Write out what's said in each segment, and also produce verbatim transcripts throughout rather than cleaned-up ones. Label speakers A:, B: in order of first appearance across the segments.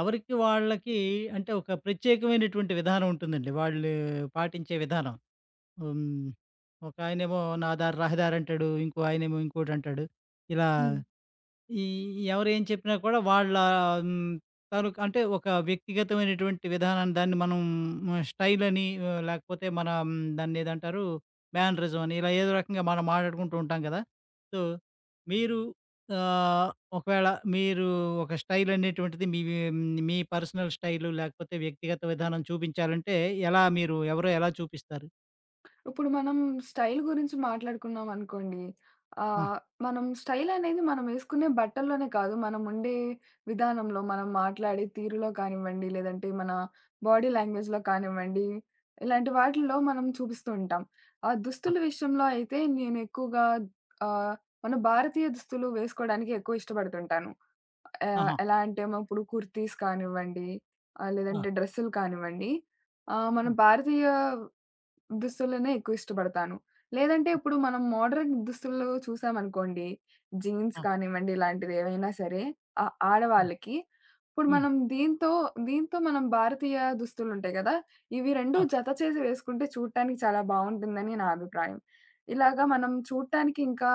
A: ఎవరికి వాళ్ళకి అంటే ఒక ప్రత్యేకమైనటువంటి విధానం ఉంటుందండి. వాళ్ళు పాటించే విధానం. హ్మ్. ఒకాయనేమో నా దారి రహదారంటాడు. ఇంకో ఆయనేమో ఇంకోటంటాడు. ఇలా
B: హ్మ్.
A: ఈ ఎవరేం చెప్పినా కూడా వాళ్ళ హ్మ్, తాలూకా అంటే ఒక వ్యక్తిగతమైనటువంటి విధానాన్ని దాన్ని మనం హ్మ్, స్టైల్ అని ఆహ్, లేకపోతే మన మ్, దాన్ని ఏదంటారు మేనరిజం అని ఇలా ఏదో రకంగా మనం మాట్లాడుకుంటూ ఉంటాం కదా! సో, మీరు ఆహ్, ఒకవేళ మీరు ఒక స్టైల్ అనేటువంటిది మీ హ్మ్, మీ పర్సనల్ స్టైలు లేకపోతే వ్యక్తిగత విధానం చూపించాలంటే ఎలా మీరు ఎవరో ఎలా చూపిస్తారు?
B: ఇప్పుడు మనం స్టైల్ గురించి మాట్లాడుకున్నాం అనుకోండి.
A: ఆ!
B: ఆహ్, మనం స్టైల్ అనేది మనం ఏసుకునే బట్టల్లోనే కాదు, మనం ఉండే విధానంలో, మనం మాట్లాడే తీరులో కానివ్వండి, లేదంటే మన బాడీ లాంగ్వేజ్‌లో కానివ్వండి, ఇలాంటి వాటిల్లో మనం చూపిస్తూ ఉంటాం. ఆ
A: ఆ!
B: దుస్తుల విషయంలో అయితే నేను ఎక్కువగా ఆహ్, మన భారతీయ దుస్తులు వేసుకోవడానికి ఎక్కువ ఇష్టపడుతుంటాను. ఆహ్,
A: ఆహా!
B: ఎలా అంటే మనం ఇప్పుడు కుర్తీస్ కానివ్వండి, ఆహ్,
A: ఆ!
B: లేదంటే డ్రెస్సులు కానివ్వండి, ఆహ్, మన
A: హ్మ్.
B: భారతీయ దుస్తులనే ఎక్కువ ఇష్టపడతాను. లేదంటే
A: హ్మ్.
B: ఇప్పుడు మనం మోడర్న్ దుస్తులు చూసామనుకోండి, జీన్స్
A: ఆ!
B: కానివ్వండి ఇలాంటివి ఏవైనా సరే ఆహ్,
A: హ్మ్.
B: ఆడవాళ్ళకి. ఇప్పుడు
A: హ్మ్.
B: మనం దీంతో, దీంతో మనం భారతీయ దుస్తులుంటాయి గదా! ఇవి రెండు
A: ఆ!
B: జత చేసి వేసుకుంటే చూడటానికి చాలా బావుంటుందని నా అభిప్రాయం. ఇలాగా మనం చూడటానికి ఇంకా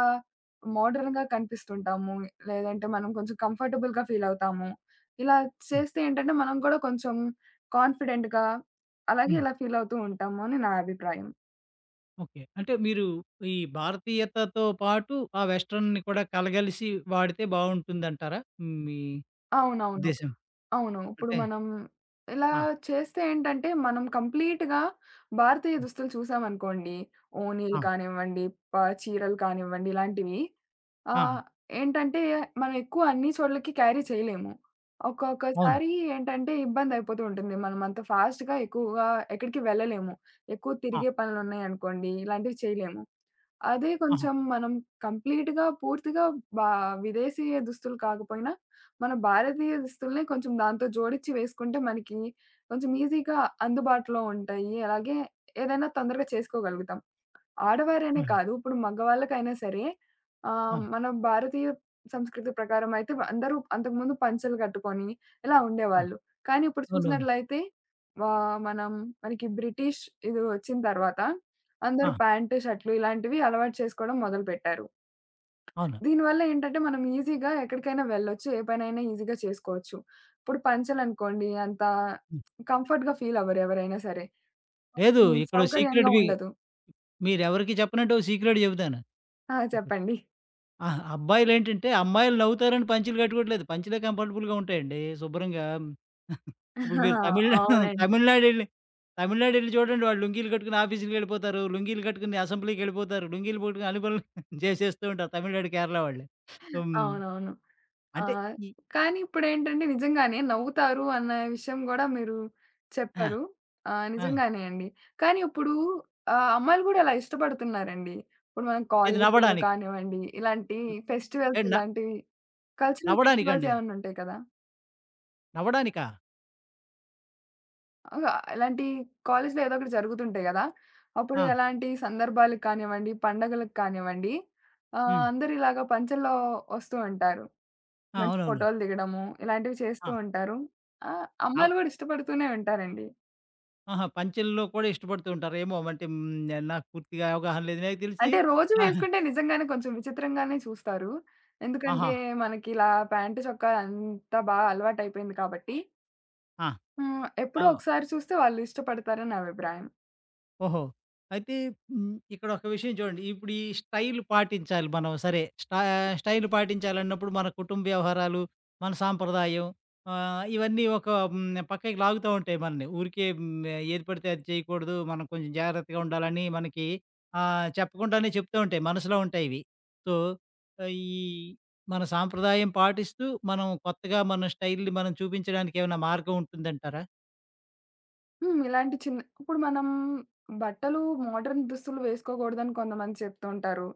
B: మోడర్న్‌గా కనిపిస్తుంటాము. లేదంటే మనం కొంచెం కంఫర్టబుల్‌గా ఫీల్ అవుతాము. ఇలా
A: హ్మ్.
B: చేస్తే ఏంటంటే మనం కూడా కొంచెం కాన్ఫిడెంట్‌గా అలాగే
A: హ్మ్.
B: ఇలా ఫీల్ అవుతూ ఉంటాము అని నా అభిప్రాయం.
A: ఓకే. అంటే మీరు ఈ భారతీయతతో పాటు ఆ వెస్టర్న్‌ని కూడా కలగలిసి వాడితే బావుంటుందంటారా? మీ
B: అవునవును.
A: ఉద్దేశ్యం.
B: అవును. ఇప్పుడు
A: అంటే
B: మనం ఇలా
A: ఆ!
B: చేస్తే ఏంటంటే మనం కంప్లీట్‌గా భారతీయ
A: హ్మ్.
B: దుస్తులు చూసామనుకోండి,
A: ఆ!
B: ఓణీలు కానివ్వండి, ప చీరలు కానివ్వండి, ఇలాంటివి ఆ!
A: ఆ!
B: ఏంటంటే, మనం ఎక్కువ అన్ని చోట్లకి క్యారీ చేయలేము.
A: అవును.
B: ఒక్కొక్కసారి ఏంటంటే, ఇబ్బందయిపోతూ ఉంటుంది. మనం అంత ఫాస్ట్‌గా ఎక్కువగా ఎక్కడికి వెళ్ళలేము. ఎక్కువ
A: ఆ!
B: తిరిగే పనులున్నాయనుకోండి, ఇలాంటివి చేయలేము. అదే
A: ఆహా!
B: కొంచెం మనం కంప్లీట్‌గా, పూర్తిగా బా విదేశీయ దుస్తులు కాకపోయినా, మన భారతీయ దుస్తుల్ని కొంచెం దాంతో జోడించి వేసుకుంటే మనకి కొంచెం ఈజీగా అందుబాటులో ఉంటాయి. అలాగే ఏదైనా తొందరగా చేసుకోగలుగుతాం. ఆడవారనే
A: హ్మ్.
B: కాదు. ఇప్పుడు మగవాళ్ళకైనా సరే
A: ఆ!
B: ఆహ్, మన భారతీయ సంస్కృతి ప్రకారం అయితే అందరూ అంతకుముందు పంచెలు కట్టుకొని ఇలా
A: హ్మ్.
B: ఉండేవాళ్ళు. కానీ ఇప్పుడు
A: అవునవును.
B: చూసినట్లయితే ఆహ్, మనం మనకి బ్రిటిష్ ఇది వచ్చిన తర్వాత
A: ఆ!
B: అందరూ ప్యాంట్, షర్ట్‌లు ఇలాంటివి అలవాటు చేసుకోవడం మొదలుపెట్టారు.
A: అవును.
B: దీనివల్ల ఏంటంటే మనం ఈజీగా ఎక్కడికైనా వెళ్ళొచ్చు. ఏ పనైనా ఈజీగా చేసుకోవచ్చు. ఇప్పుడు పంచెలనుకోండి అంత
A: హ్మ్.
B: కంఫర్ట్‌గా ఫీల్ అవ్వరు ఎవరైనా సరే.
A: లేదు.
B: కొంచెం
A: ఇక్కడో సీక్రెట్
B: సౌకర్యంగా
A: మీ
B: ఉండదు.
A: మీరెవరికీ చెప్పనంటే ఓ సీక్రెట్ చెబుతాను.
B: ఆ! చెప్పండి.
A: అహా! అబ్బాయిలేంటంటే, అమ్మాయిలు నవ్వుతారని పంచెలు కట్టుకోవట్లేదు. పంచెలే కంఫర్టబుల్‌గా ఉంటాయండి శుభ్రంగా. ఇప్పుడు
B: ఆహా!
A: మీరు తమిళ్
B: అవునండి.
A: తమిళనాడెళ్లి తమిళనాడెళ్లి చూడండి, వాళ్ళు లుంగీలు కట్టుకొని ఆఫీసులకెళ్ళిపోతారు. లుంగీలు కట్టుకొని అసెంబ్లీకెళ్ళిపోతారు. లుంగీలు పట్టుకొని అన్ని పనులు చేసేస్తూ ఉంటారు తమిళనాడు, కేరళ వాళ్ళు. హ్మ్.
B: అవునవును.
A: అంటే
B: ఆహ్,
A: ఈ
B: కానీ ఇప్పుడేంటంటే నిజంగానే నవ్వుతారు అన్న విషయం గూడా మీరు
A: ఆ!
B: చెప్పారు. ఆహ్,
A: ఆ!
B: నిజంగానే అండి. కానీ ఇప్పుడు ఆహ్, అమ్మాయిలు గూడా ఇలా ఇష్టపడుతున్నారండి. ఇప్పుడు మనం
A: ఏది
B: కాలేజీల్లో
A: నవ్వడానికి.
B: కానివ్వండి, ఇలాంటి ఫెస్టివల్స్
A: ఏది న
B: ఇలాంటివి కల్చరల్ ఫెస్టివల్స్
A: నవ్వడానికండి.
B: ఏమన్నా ఉంటాయి కదా!
A: నవ్వడానికా?
B: ఆహ్, ఇలాంటి కాలేజీలో ఏదో ఒకటి జరుగుతుంటాయి గదా! అప్పుడు
A: ఆ!
B: ఎలాంటి సందర్భాలకు కానివ్వండి, పండగలకు కానివ్వండి ఆహ్,
A: హ్మ్.
B: అందరూ ఇలాగ పంచెల్లో వస్తూ ఉంటారు.
A: ఆ!
B: మంచి
A: అవునవును.
B: ఫోటోలు దిగడము, ఇలాంటివి
A: ఆ!
B: చేస్తూ ఉంటారు. ఆహ్,
A: అవ్
B: అమ్మాయిలు గూడా ఇష్టపడుతూనే ఉంటారండి.
A: ఆహా! పంచెల్లో కూడా ఇష్టపడుతూ ఉంటారు. ఏమో! అంటే హ్మ్, నాకు పూర్తిగా అవగాహన లేదు. నాకు తెలిసి
B: అంటే రోజు
A: ఆహా!
B: వేసుకుంటే నిజంగానే కొంచెం విచిత్రంగానే చూస్తారు.
A: ఆహా!
B: ఎందుకంటే మనకిలా ప్యాంటు, చొక్కా అంతా బా అలవాటయిపోయింది కాబట్టి.
A: ఆ!
B: హ్మ్. ఎప్పుడో
A: ఆ!
B: ఒకసారి చూస్తే వాళ్ళు ఇష్టపడతారని నా అభిప్రాయం.
A: ఓహో! అయితే హ్మ్. ఇక్కడ ఒక విషయం చూడండి. ఇప్పుడు ఈ స్టైల్ పాటించాలి మనం. సరే స్టా స్టైల్ పాటించాలన్నప్పుడు మన కుటుంబ వ్యవహారాలు, మన సాంప్రదాయం, ఆహ్, ఇవన్నీ ఒక హ్మ్. పక్కకి లాగుతా ఉంటాయి మనల్ని. ఊరికే హ్మ్. ఏది పడితే అది చేయకూడదు. మనం కొంచెం జాగ్రత్తగా ఉండాలని మనకి ఆహ్, చెప్పకుండానే చెప్తూ ఉంటాయి. మనసులో ఉంటాయి ఇవి. సో, ఆహ్, ఈ మన సాంప్రదాయం పాటిస్తూ మనం కొత్తగా మన స్టైల్‌ని మనం చూపించడానికి ఏమైనా మార్గం ఉంటుందంటారా?
B: హ్మ్. ఇలాంటి చిన్న ఇప్పుడు మనం బట్టలు మోడర్న్ దుస్తులు వేసుకోకూడదని కొంతమంది చెప్తూ ఉంటారు.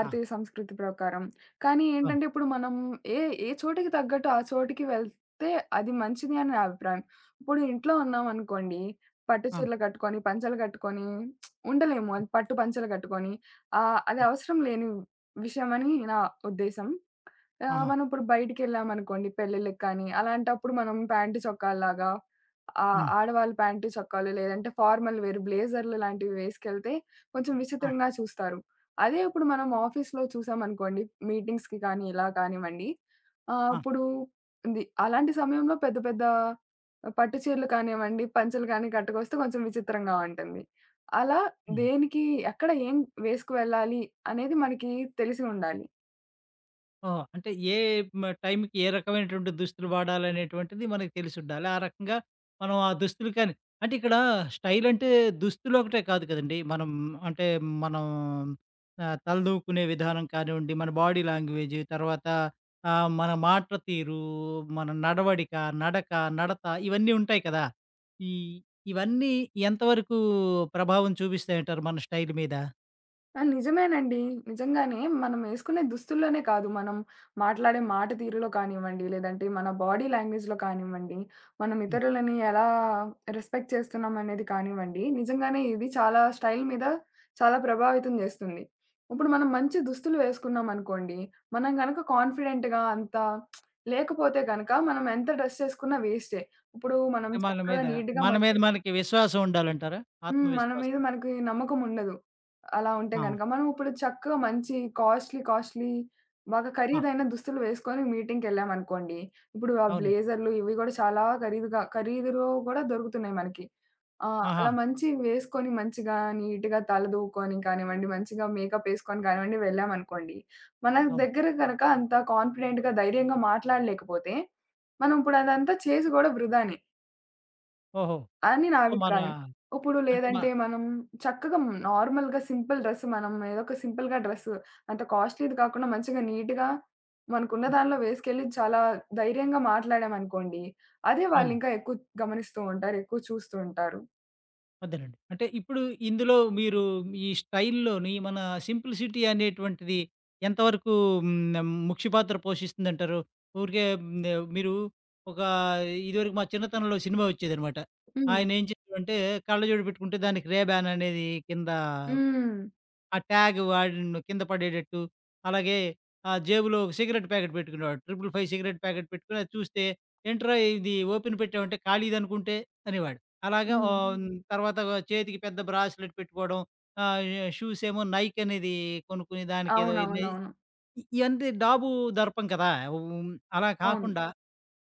A: ఆ!
B: సంస్కృతి ప్రకారం. కానీ
A: అవును.
B: ఏంటంటే ఇప్పుడు మనం ఏ ఏ చోటికి తగ్గట్టు ఆ చోటికి వెళ్తే అది మంచిది అని నా అభిప్రాయం. ఇప్పుడు ఇంట్లో ఉన్నామనుకోండి, పట్టు
A: ఆ!
B: చీరలు కట్టుకొని, పంచలు కట్టుకొని ఉండలేము. అది పట్టు పంచలు కట్టుకొని. ఆహ్, అది
A: ఆ!
B: అవసరం లేని విషయం అని నా ఉద్దేశం. ఆహ్,
A: ఆహా!
B: మనం ఇప్పుడు బయటికెళ్ళామనుకోండి పెళ్ళిళ్ళకి కానీ, అలాంటప్పుడు మనం ప్యాంటు చొక్కాల్లాగా ఆహ్,
A: హ్మ్.
B: ఆడవాళ్ళు ప్యాంటు చొక్కాలు లేదంటే ఫార్మల్ వేర్ బ్లేజర్లు లాంటివి వేసుకెళ్తే కొంచెం
A: ఆ!
B: విచిత్రంగా చూస్తారు. అదే ఇప్పుడు మనం ఆఫీస్‌లో చూసామనుకోండి మీటింగ్స్‌కి కానీ ఇలా కానివ్వండి. ఆహ్,
A: ఆ!
B: ఇప్పుడు ది అలాంటి సమయంలో పెద్ద పెద్ద పట్టు చీరలు కానివ్వండి, పంచలు కానీ కట్టుకొస్తే కొంచెం విచిత్రంగా ఉంటుంది. అలా
A: హ్మ్.
B: దేనికి ఎక్కడ ఏం వేసుకు వెళ్ళాలి అనేది మనకి తెలిసి ఉండాలి.
A: ఓహో! అంటే ఏ మ టైంకి ఏ రకమైనటువంటి దుస్తులు వాడాలనేటువంటిది మనకు తెలిసుండాలి. ఆ రకంగా మనం ఆ దుస్తులు కానీ అంటే ఇక్కడ స్టైల్ అంటే దుస్తులు ఒకటే కాదు కదండీ. మనం అంటే మనం ఆహ్, తలదూకునే విధానం కానివ్వండి, మన బాడీ లాంగ్వేజ్, తర్వాత ఆహ్, మన మాట తీరు, మన నడవడిక, నడక, నడత, ఇవన్నీ ఉంటాయి కదా! ఈ ఇవన్నీ ఎంతవరకు ప్రభావం చూపిస్తాయంటారు మన స్టైల్ మీద?
B: ఆ! నిజమేనండి. నిజంగానే మనం యేసుకునే దుస్తుల్లోనే కాదు, మనం మాట్లాడే మాట తీరులో కానివ్వండి, లేదంటే మన బాడీ లాంగ్వేజ్‌లో కానివ్వండి, మనం ఇతరులని ఎలా రెస్పెక్ట్ చేస్తున్నాం అనేది కానివ్వండి, నిజంగానే ఇది చాలా స్టైల్ మీద చాలా ప్రభావితం జేస్తుంది. ఇప్పుడు మనం మంచి దుస్తులు వేసుకున్నామనుకోండి, మనం గనక కాన్ఫిడెంట్‌గా అంత లేకపోతే గనక మనం ఎంత డ్రెస్ చేసుకున్నా వేస్టే. ఇప్పుడు మనం
A: మన
B: చక్కగా
A: మీద,
B: నీట్‌గా
A: మన మీద
B: మంచి
A: మనకి విశ్వాసం ఉండాలంటారా?
B: హ్మ్. మన మీద
A: ఆత్మవిశ్వాసం.
B: మనకి నమ్మకముండదు. అలా ఉంటే
A: ఆహా!
B: గనక. మనం ఇప్పుడు చక్కగా మంచి కాస్ట్‌లీ, కాస్ట్‌లీ బాగా
A: ఆ!
B: ఖరీదైన దుస్తులు వేసుకొని మీటింగ్‌కెళ్ళామనుకోండి. ఇప్పుడు ఆ
A: అవునండి.
B: బ్లేజర్లు ఇవి గూడా చాలా ఖరీదుగా ఖరీదులో గూడా దొరుకుతున్నాయి మనకి. ఆ!
A: ఆహా!
B: అలా మంచివి వేసుకొని మంచిగా నీట్‌గా తలదూకొని కానివ్వండి, మంచిగా మేకప్ ఏసుకొని కానివ్వండి వెళ్ళామనుకోండి. మన
A: అవును.
B: దగ్గర గనక అంత కాన్ఫిడెంట్‌గా, ధైర్యంగా మాట్లాడలేకపోతే, మనం ఇప్పుడు అదంతా చేసి గూడా వృధానే.
A: ఓహో!
B: అని నా
A: సో, మన
B: అభిప్రాయం. ఉప్పుడు
A: అంటే మ
B: లేదంటే మనం చక్కగా నార్మల్‌గా సింపుల్ డ్రెస్ మనం ఏదో ఒక సింపుల్‌గా డ్రెస్ అంత కాస్ట్‌లీది కాకుండా మంచిగా నీట్‌గా మనకున్న
A: ఆహ్,
B: దానిలో వేసుకెళ్ళి చాలా ధైర్యంగా మాట్లాడామనుకోండి. అదే
A: అవును.
B: వాళ్ళింకా ఎక్కువ గమనిస్తూ ఉంటారు. ఎక్కువ చూస్తూ ఉంటారు.
A: అదేనండి. అంటే ఇప్పుడు ఇందులో మీరు ఈ స్టైల్‌లోని మన సింప్లిసిటీ అనేటువంటిది ఎంతవరకు హ్మ్, ముఖ్య పాత్ర పోషిస్తుందంటారు? ఊరికే హ్మ్, మీరు ఒక ఇదివరకు మా చిన్నతనంలో సినిమా వచ్చేదనమాట.
B: హ్మ్.
A: ఆయన ఏం చేసేవాడంటే, కళ్ళజోడు పెట్టుకుంటే దానికి రేబాన్ అనేది కింద
B: హ్మ్.
A: ఆ ట్యాగ్ వాడిని కింద పడేటట్టు, అలాగే ఆ జేబులో ఒక సిగరెట్ ప్యాకెట్ పెట్టుకునేవాడు. Five five five cigarette packet పెట్టుకొని అది చూస్తే, "ఏంట్రా ఇది ఓపెన్ పెట్టావంటే ఖాళీదనుకుంటే" అనేవాడు. అలాగా
B: హ్మ్.
A: ఆహ్, హ్మ్. హ్మ్, తర్వాత చేతికి పెద్ద బ్రాస్లెట్ పెట్టుకోవడం, ఆహ్, షూస్ ఏమో నైక్ అనేది కొనుక్కుని దానికేదో ఇది
B: అవునవునవును.
A: ఇయంతే డాబు దర్పం కదా! హ్మ్, అలా
B: అవును.
A: కాకుండా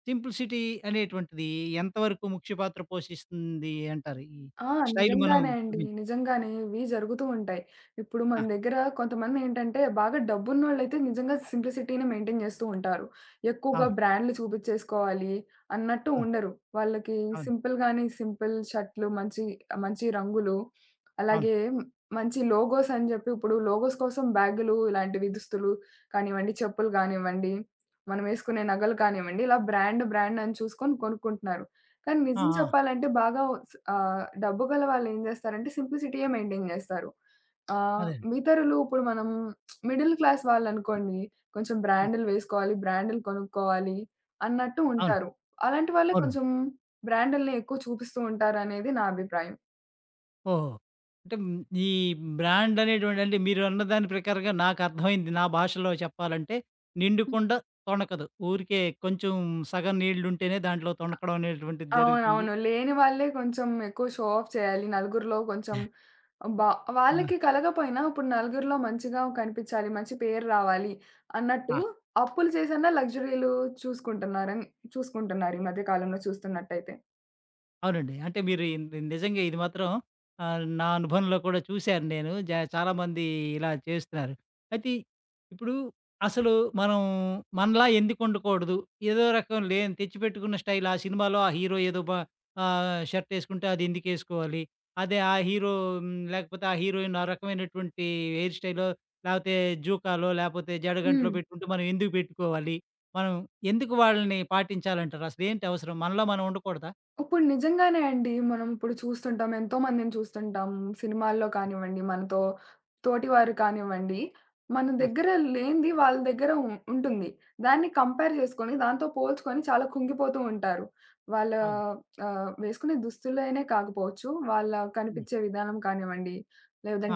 A: సింప్లిసిటీ అనేటువంటిది ఎంతవరకు ముఖ్య పాత్ర పోషిస్తుంది అంటారు? ఈ
B: ఆ!
A: స్టైల్ మనం
B: నిజంగానే అండి.
A: చూపించ
B: నిజంగానే ఇవి జరుగుతూ ఉంటాయి. ఇప్పుడు
A: ఆ!
B: మన దగ్గర కొంతమందేంటంటే, బాగా డబ్బున్నోళ్ళైతే నిజంగా సింప్లిసిటీని మెయింటైన్ చేస్తూ ఉంటారు. ఎక్కువగా
A: అవును.
B: బ్రాండ్‌లు చూపిచ్చేసుకోవాలి అన్నట్టు
A: హ్మ్.
B: ఉండరు. వాళ్ళకి
A: అవును.
B: సింపుల్‌గానే సింపుల్ షర్ట్‌లు మంచి, మంచి రంగులు,
A: అవును.
B: అలాగే మంచి లోగోస్ అని జెప్పి ఇప్పుడు లోగోస్ కోసం బ్యాగులు ఇలాంటివి దుస్తులు కానివ్వండి, చెప్పులు గానివ్వండి, మనం వేసుకునే నగలు కానివ్వండి, ఇలా బ్రాండ్, బ్రాండ్ అని చూసుకొని కొనుక్కుంటున్నారు. కానీ
A: ఆ!
B: నిజం
A: ఆ!
B: చెప్పాలంటే బాగా స్ ఆహ్, డబ్బు గల వాళ్ళేం జేస్తారంటే సింప్లిసిటీయే మెయింటైన్ జేస్తారు. ఆహ్,
A: అదేనండి.
B: ఇతరులు ఇప్పుడు మనం మిడిల్ క్లాస్ వాళ్ళనుకోండి, కొంచెం
A: హ్మ్.
B: బ్రాండ్‌లు వేసుకోవాలి, బ్రాండ్‌లు కొనుక్కోవాలి అన్నట్టు
A: అవును.
B: ఉంటారు. అలాంటి వాళ్ళే
A: అవునండి.
B: కొంచెం బ్రాండ్‌లని ఎక్కువ చూపిస్తూ ఉంటారనేది నా అభిప్రాయం.
A: ఓహో! అంటే హ్మ్, ఈ బ్రాండ్ అనేటువంటి, అంటే మీరు అన్న దాని ప్రకారంగా నాకర్థమైంది. నా భాషలో చెప్పాలంటే నిండు కుండ తొణకదు. ఊరికే కొంచెం సగం నీళ్లుంటేనే దాంట్లో తొణకడం అనేటువంటిది జరుగుతుంది.
B: అవునవును. లేని వాళ్ళే కొంచెం ఎక్కువ షో ఆఫ్ చేయాలి. నలుగురిలో కొంచెం బా
A: ఆ!
B: వాళ్ళకి కలగపోయినా ఇప్పుడు నలుగురిలో మంచిగా కనిపించాలి. మంచి పేరు రావాలి అన్నట్టు
A: ఆ!
B: అప్పులు చేసన్నా లగ్జరీలు చూసుకుంటున్నారని చూసుకుంటున్నారు ఈ మధ్య కాలంలో చూస్తున్నట్టయితే.
A: అవునండి. అంటే మీరు ఇన్ నిజంగా ఇది మాత్రం ఆహ్, నా అనుభవంలో కూడా చూశాను నేను. జ చాలామంది ఇలా చేస్తున్నారు. అయితే ఇప్పుడు అసలు మనం మనలా ఎందుకు వండకూడదు? ఏదో రకం లేని తెచ్చిపెట్టుకున్న స్టైల్, ఆ సినిమాలో ఆ హీరో ఏదో బ ఆహ్, షర్ట్ ఏసుకుంటే అది ఎందుకేసుకోవాలి? అదే ఆ హీరో, హ్మ్, లేకపోతే ఆ హీరోయిన్ ఆ రకమైనటువంటి హెయిర్ స్టైలో లేపోతే జూకాలో లేపోతే జడగంటలో
B: హ్మ్.
A: పెట్టుకుంటే మనం ఎందుకు పెట్టుకోవాలి? మనం ఎందుకు వాళ్ళని పాటించాలంటారు? అసలేంటి అవసరం? మనలో మనం ఉండకూడదా?
B: ఇప్పుడు నిజంగానే అండి. మనం ఇప్పుడు చూస్తుంటాం. ఎంతోమందిని చూస్తుంటాం. సినిమాల్లో కానివ్వండి, మనతో తోటివారు కానివ్వండి, మన
A: ఆ!
B: దగ్గర లేనిది వాళ్ళ దగ్గర ఉ ఉంటుంది. దాన్ని కంపేర్ చేసుకొని, దాంతో పోల్చుకొని చాలా కుంగిపోతూ ఉంటారు. వాళ్ళ
A: అవును.
B: ఆహ్, వేసుకునే దుస్తులైనే కాకపోవచ్చు, వాళ్ళ
A: హ్మ్.
B: కనిపించే విధానం కానివ్వండి,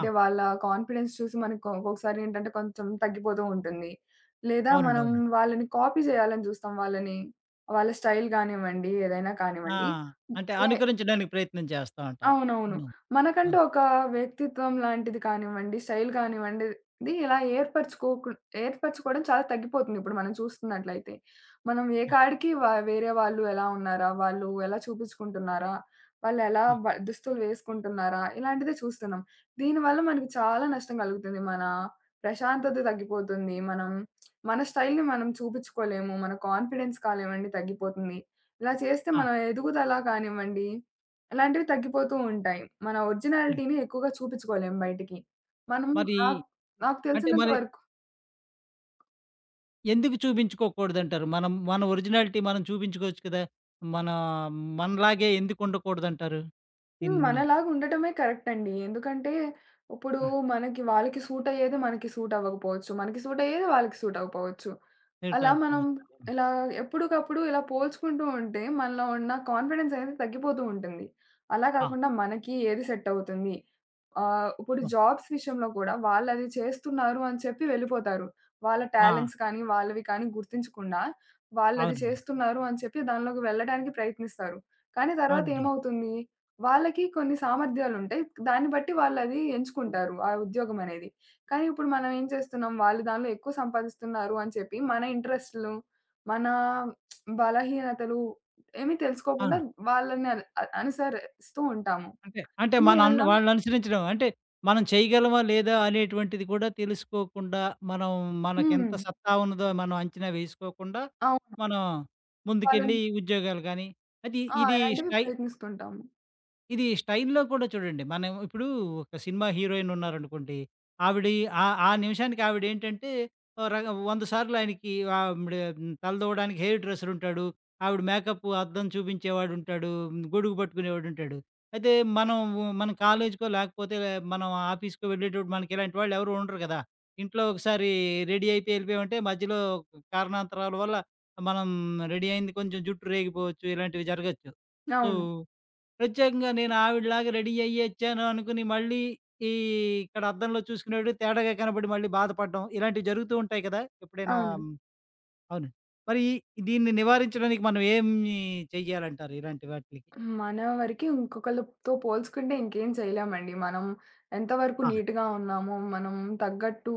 A: ఆ!
B: వాళ్ళ కాన్ఫిడెన్స్ చూసి మనకు ఒక్కొక్కసారి ఏంటంటే కొంచెం తగ్గిపోతూ ఉంటుంది. లేదా
A: అవునండి.
B: మనం
A: అవునండి.
B: వాళ్ళని కాపీ చేయాలని చూస్తాం వాళ్ళని. వాళ్ళ స్టైల్ గానివ్వండి, ఏదైనా
A: ఆ!
B: కానివ్వండి.
A: అంటే
B: ఏ
A: అనుకరించడానికి ప్రయత్నం చేస్తా ఉంటాం.
B: అవునవును.
A: హ్మ్.
B: మనకంటూ
A: అవును.
B: ఒక వ్యక్తిత్వం లాంటిది కానివ్వండి, స్టైల్ కానివ్వండి, ఇది ఇలా ఏర్పరచుకోకు ఏర్పరచుకోవడం చాలా తగ్గిపోతుంది ఇప్పుడు మనం చూస్తున్నట్లయితే. మనం ఏ
A: ఆ!
B: కాడికి వ వేరే వాళ్ళు ఎలా ఉన్నారా? వాళ్ళు ఎలా చూపించుకుంటున్నారా? వాళ్ళు ఎలా
A: ఆ!
B: బ దుస్తులు వేసుకుంటున్నారా? ఇలాంటిదే చూస్తున్నాం. దీనివల్ల మనకి చాలా నష్టం కలుగుతుంది. మన ప్రశాంతత తగ్గిపోతుంది. మనం మన స్టైల్‌ని మనం చూపించుకోలేము. మన కాన్ఫిడెన్స్ కానివ్వండి తగ్గిపోతుంది. ఇలా చేస్తే
A: ఆ!
B: మన ఎదుగుదల కానివ్వండి అలాంటివి తగ్గిపోతూ ఉంటాయి. మన
A: అదే.
B: ఒరిజినాలిటీని ఎక్కువగా చూపించుకోలేం బయటికి. మనం
A: మరి
B: నాకు నాకు
A: అంటే
B: తెలిసినంత
A: మరి
B: వరకు
A: ఎందుకు చూపించుకోకూడదంటారు? మనం మన ఒరిజినాలిటీ మనం చూపించుకోవచ్చు కదా! మన మనలాగే ఎందుకు ఉండకూడదంటారు? ఇన్
B: హ్మ్. మనలాగా ఉండటమే కరెక్ట్ అండి. ఎందుకంటే, ఇప్పుడు
A: ఆ!
B: మనకి వాళ్ళకి సూట్ అయ్యేది మనకి సూట్ అవ్వకపోవచ్చు. మనకి సూట్ అయ్యేది వాళ్ళకి సూట్ అవ్వకపోవచ్చు.
A: ఏటా
B: అలా మనం
A: పోచా
B: ఇలా ఎప్పటికప్పుడు ఇలా పోల్చుకుంటూ ఉంటే మనలో ఉన్న కాన్ఫిడెన్స్ అనేది తగ్గిపోతూ ఉంటుంది. అలా
A: ఆ!
B: కాకుండా మనకి ఏది సెట్ అవుతుంది. ఆహ్, ఇప్పుడు
A: ఆ!
B: జాబ్స్ విషయంలో కూడా వాళ్ళది చేస్తున్నారు అని చెప్పి వెళ్ళిపోతారు. వాళ్ళ
A: ఆ!
B: టాలెంట్స్ కానీ, వాళ్ళవి కానీ గుర్తించకుండా వాళ్ళది
A: అవునండి.
B: చేస్తున్నారు అని చెప్పి దానిలోకి వెళ్ళడానికి ప్రయత్నిస్తారు. కానీ తర్వాత
A: అవునండి.
B: ఏమవుతుంది? వాళ్ళకి కొన్ని సామర్థ్యాలుంటాయి. దాన్ని బట్టి వాళ్ళది ఎంచుకుంటారు. ఆ ఉద్యోగం అనేది. కానీ ఇప్పుడు మనం ఏం చేస్తున్నాం, వాళ్ళు దానిలో ఎక్కువ సంపాదిస్తున్నారు అని చెప్పి మన ఇంట్రెస్ట్‌లు, మన బలహీనతలు ఏమీ తెలుసుకోకుండా
A: అవును.
B: వాళ్ళని అను అ అనుసరిస్తూ ఉంటాము.
A: అంటే అంటే మన ఎ
B: దీనివల్ల
A: అను వాళ్ళని అనుసరించడం. అంటే మనం చేయగలమా? లేదా? అనేటువంటిది కూడా తెలుసుకోకుండా, మనం
B: హ్మ్.
A: మనకెంత సత్తా ఉన్నదో మనం అంచనా వేసుకోకుండా,
B: అవును.
A: మనం ముందుకెళ్ళి
B: వాళ్ళని
A: ఉద్యోగాలు గాని అది
B: ఆ!
A: ఇది
B: ఇలాంటివి
A: స్టై
B: ప్రయత్నిస్తుంటాము.
A: ఇది స్టైల్‌లో కూడా చూడండి. మనం ఇప్పుడు ఒక సినిమా హీరోయిన్ ఉన్నారనుకోండి. ఆవిడి ఆ ఆ నిమిషానికి ఆవిడేంటంటే ఓ రక వంద సార్లు ఆయనకి ఆవిడ తలదూవడానికి హెయిర్ డ్రెస్సరుంటాడు. ఆవిడ మేకప్ అద్దం చూపించేవాడుంటాడు. గొడుగు పట్టుకునేవాడుంటాడు. అయితే మనం మన కాలేజుకో లేకపోతే మనం ఆఫీస్‌కో వెళ్ళేటప్పుడు మనకి ఇలాంటి వాళ్ళు ఎవరు ఉండరు కదా! ఇంట్లో ఒకసారి రెడీ అయిపోయి ఎళ్ళిపోయామంటే మధ్యలో కారణాంతరాల వల్ల మనం రెడీ అయింది కొంచెం జుట్టు రేగిపోవచ్చు. ఇలాంటివి జరగొచ్చు. సో,
B: అవును.
A: ప్రత్యేకంగా నేను ఆవిడలాగా రెడీ అయ్యి వచ్చాను అనుకుని మళ్ళీ ఈ ఇక్కడ అద్దంలో చూసుకునేడు తేడాగా కనపడి మళ్ళీ బాధపడడం ఇలాంటివి జరుగుతూ ఉంటాయి కదా! ఎప్పుడైనా.
B: అవును.
A: హ్మ్. అవును. మరి ఈ- దీన్ని నివారించడానికి మనం ఏమి చెయ్యాలంటారు ఇలాంటి వాటిలికి?
B: మన వరకి ఇంకొకళ్ళతో పోల్చుకుంటే ఇంకేం చేయలేమండి. మనం ఎంతవరకు
A: ఆ!
B: నీట్‌గా ఉన్నామో, మనం తగ్గట్టు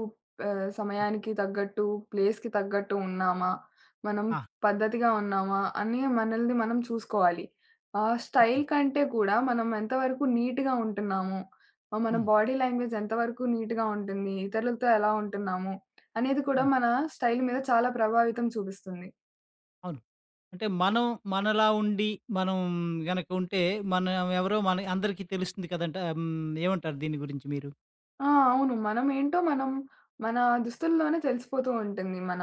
B: ఆహ్,
A: ఆ!
B: సమయానికి తగ్గట్టు, ప్లేస్‌కి తగ్గట్టు ఉన్నామా, మనం
A: ఆ!
B: పద్ధతిగా ఉన్నామా అని మనల్ని మనం చూసుకోవాలి. ఆ స్టైల్
A: అంతేనండి.
B: కంటే కూడా మనం ఎంతవరకు నీట్‌గా ఉంటున్నాము, ఆహ్, మన
A: హ్మ్.
B: బాడీ లాంగ్వేజ్ ఎంతవరకు నీట్‌గా ఉంటుంది, ఇతరులతో ఎలా ఉంటున్నాము అనేది కూడా
A: అవును.
B: మన స్టైల్ మీద చాలా ప్రభావితం చూపిస్తుంది.
A: అవును. అంటే మనం మనలా ఉండి మనం గనక ఉంటే మనం ఎవరో మన అందరికీ తెలుస్తుంది కదంట! హ్మ్. ఏమంటారు దీని గురించి మీరు?
B: ఆ! అవును. మనం ఏంటో మనం మన దుస్తుల్లోనే తెలిసిపోతూ ఉంటుంది. మన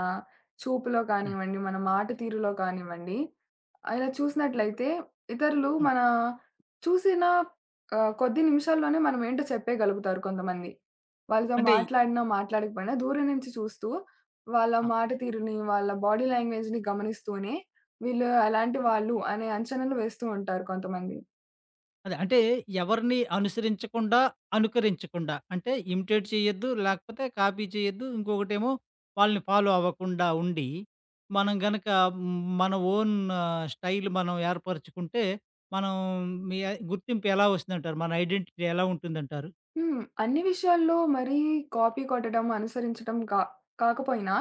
B: చూపులో
A: అనండి.
B: కానివ్వండి, మన మాట తీరులో కానివ్వండి. ఆహ్, ఇలా చూసినట్లయితే ఇతరులు
A: హ్మ్.
B: మన చూసిన ఆహ్, కొద్ది నిమిషాల్లోనే మనం ఏంటో చెప్పేయగలుగుతారు కొంతమంది. వాళ్ళతో
A: అంటే
B: మాట్లాడినా, మాట్లాడకపోయినా దూరం నుంచి చూస్తూ వాళ్ళ మాట తీరుని, వాళ్ళ బాడీ లాంగ్వేజ్‌ని గమనిస్తూనే వీళ్ళు ఎలాంటి వాళ్ళు అనే అంచనాలు వేస్తూ ఉంటారు కొంతమంది.
A: అదే. అంటే ఎవరిని అనుసరించకుండా, అనుకరించకుండా. అంటే ఇమిటేట్ చేయొద్దు, లేకపోతే కాపీ చేయొద్దు. ఇంకొకటేమో వాళ్ళని ఫాలో అవ్వకుండా ఉండి, మనం గనక హ్మ్, మన ఓన్ స్టైల్ మనం ఏర్పరచుకుంటే, మనం మీ గుర్తింపు ఎలా వస్తుందంటారు? మన ఐడెంటిటీ ఎలా ఉంటుందంటారు?
B: హ్మ్. అన్ని విషయాల్లో మరీ కాపీ కొట్టడం, అనుసరించడం కా కాకపోయినా,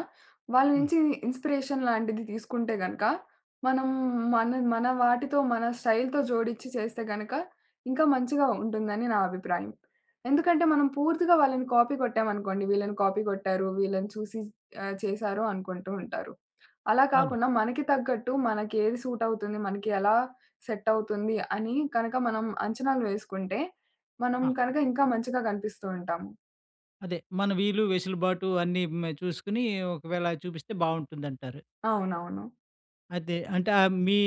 B: వాళ్ళ
A: హ్మ్.
B: నుంచి ఇన్‌స్పిరేషన్ లాంటిది తీసుకుంటే గనక, మనం మన మన వాటితో, మన స్టైల్‌తో జోడించి చేస్తే గనక, ఇంకా మంచిగా ఉంటుందని నా అభిప్రాయం. ఎందుకంటే, మనం పూర్తిగా వాళ్ళని కాపీ కొట్టామనుకోండి, వీళ్ళని కాపీ కొట్టారు, వీళ్ళని చూసి ఆహ్, చేశారు అనుకుంటూ ఉంటారు. అలా
A: అవును.
B: కాకుండా మనకి తగ్గట్టు మనకేది సూట్ అవుతుంది, మనకి ఎలా సెట్ అవుతుంది అని కనుక మనం అంచనాలు వేసుకుంటే, మనం
A: ఆ!
B: కనుక ఇంకా మంచిగా కనిపిస్తూ ఉంటాము.
A: అదే. మన వీలు, వెసులుబాటు అన్నీ మే చూసుకొని ఒకవేళ చూపిస్తే బావుంటుందంటారు.
B: అవునవును.
A: అదే. అంటే ఆహ్, మీ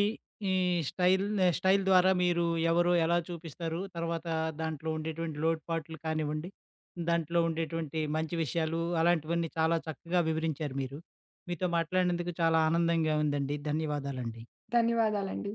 A: ఈ స్టైల్, స్టైల్ ద్వారా మీరు ఎవరో ఎలా చూపిస్తారు, తర్వాత దాంట్లో ఉండేటువంటి లోటుపాట్లు కానివ్వండి, దాంట్లో ఉండేటువంటి మంచి విషయాలు అలాంటివన్నీ చాలా చక్కగా వివరించారు మీరు. మీతో మాట్లాడినందుకు చాలా ఆనందంగా ఉందండి. ధన్యవాదాలండి.
B: ధన్యవాదాలండి.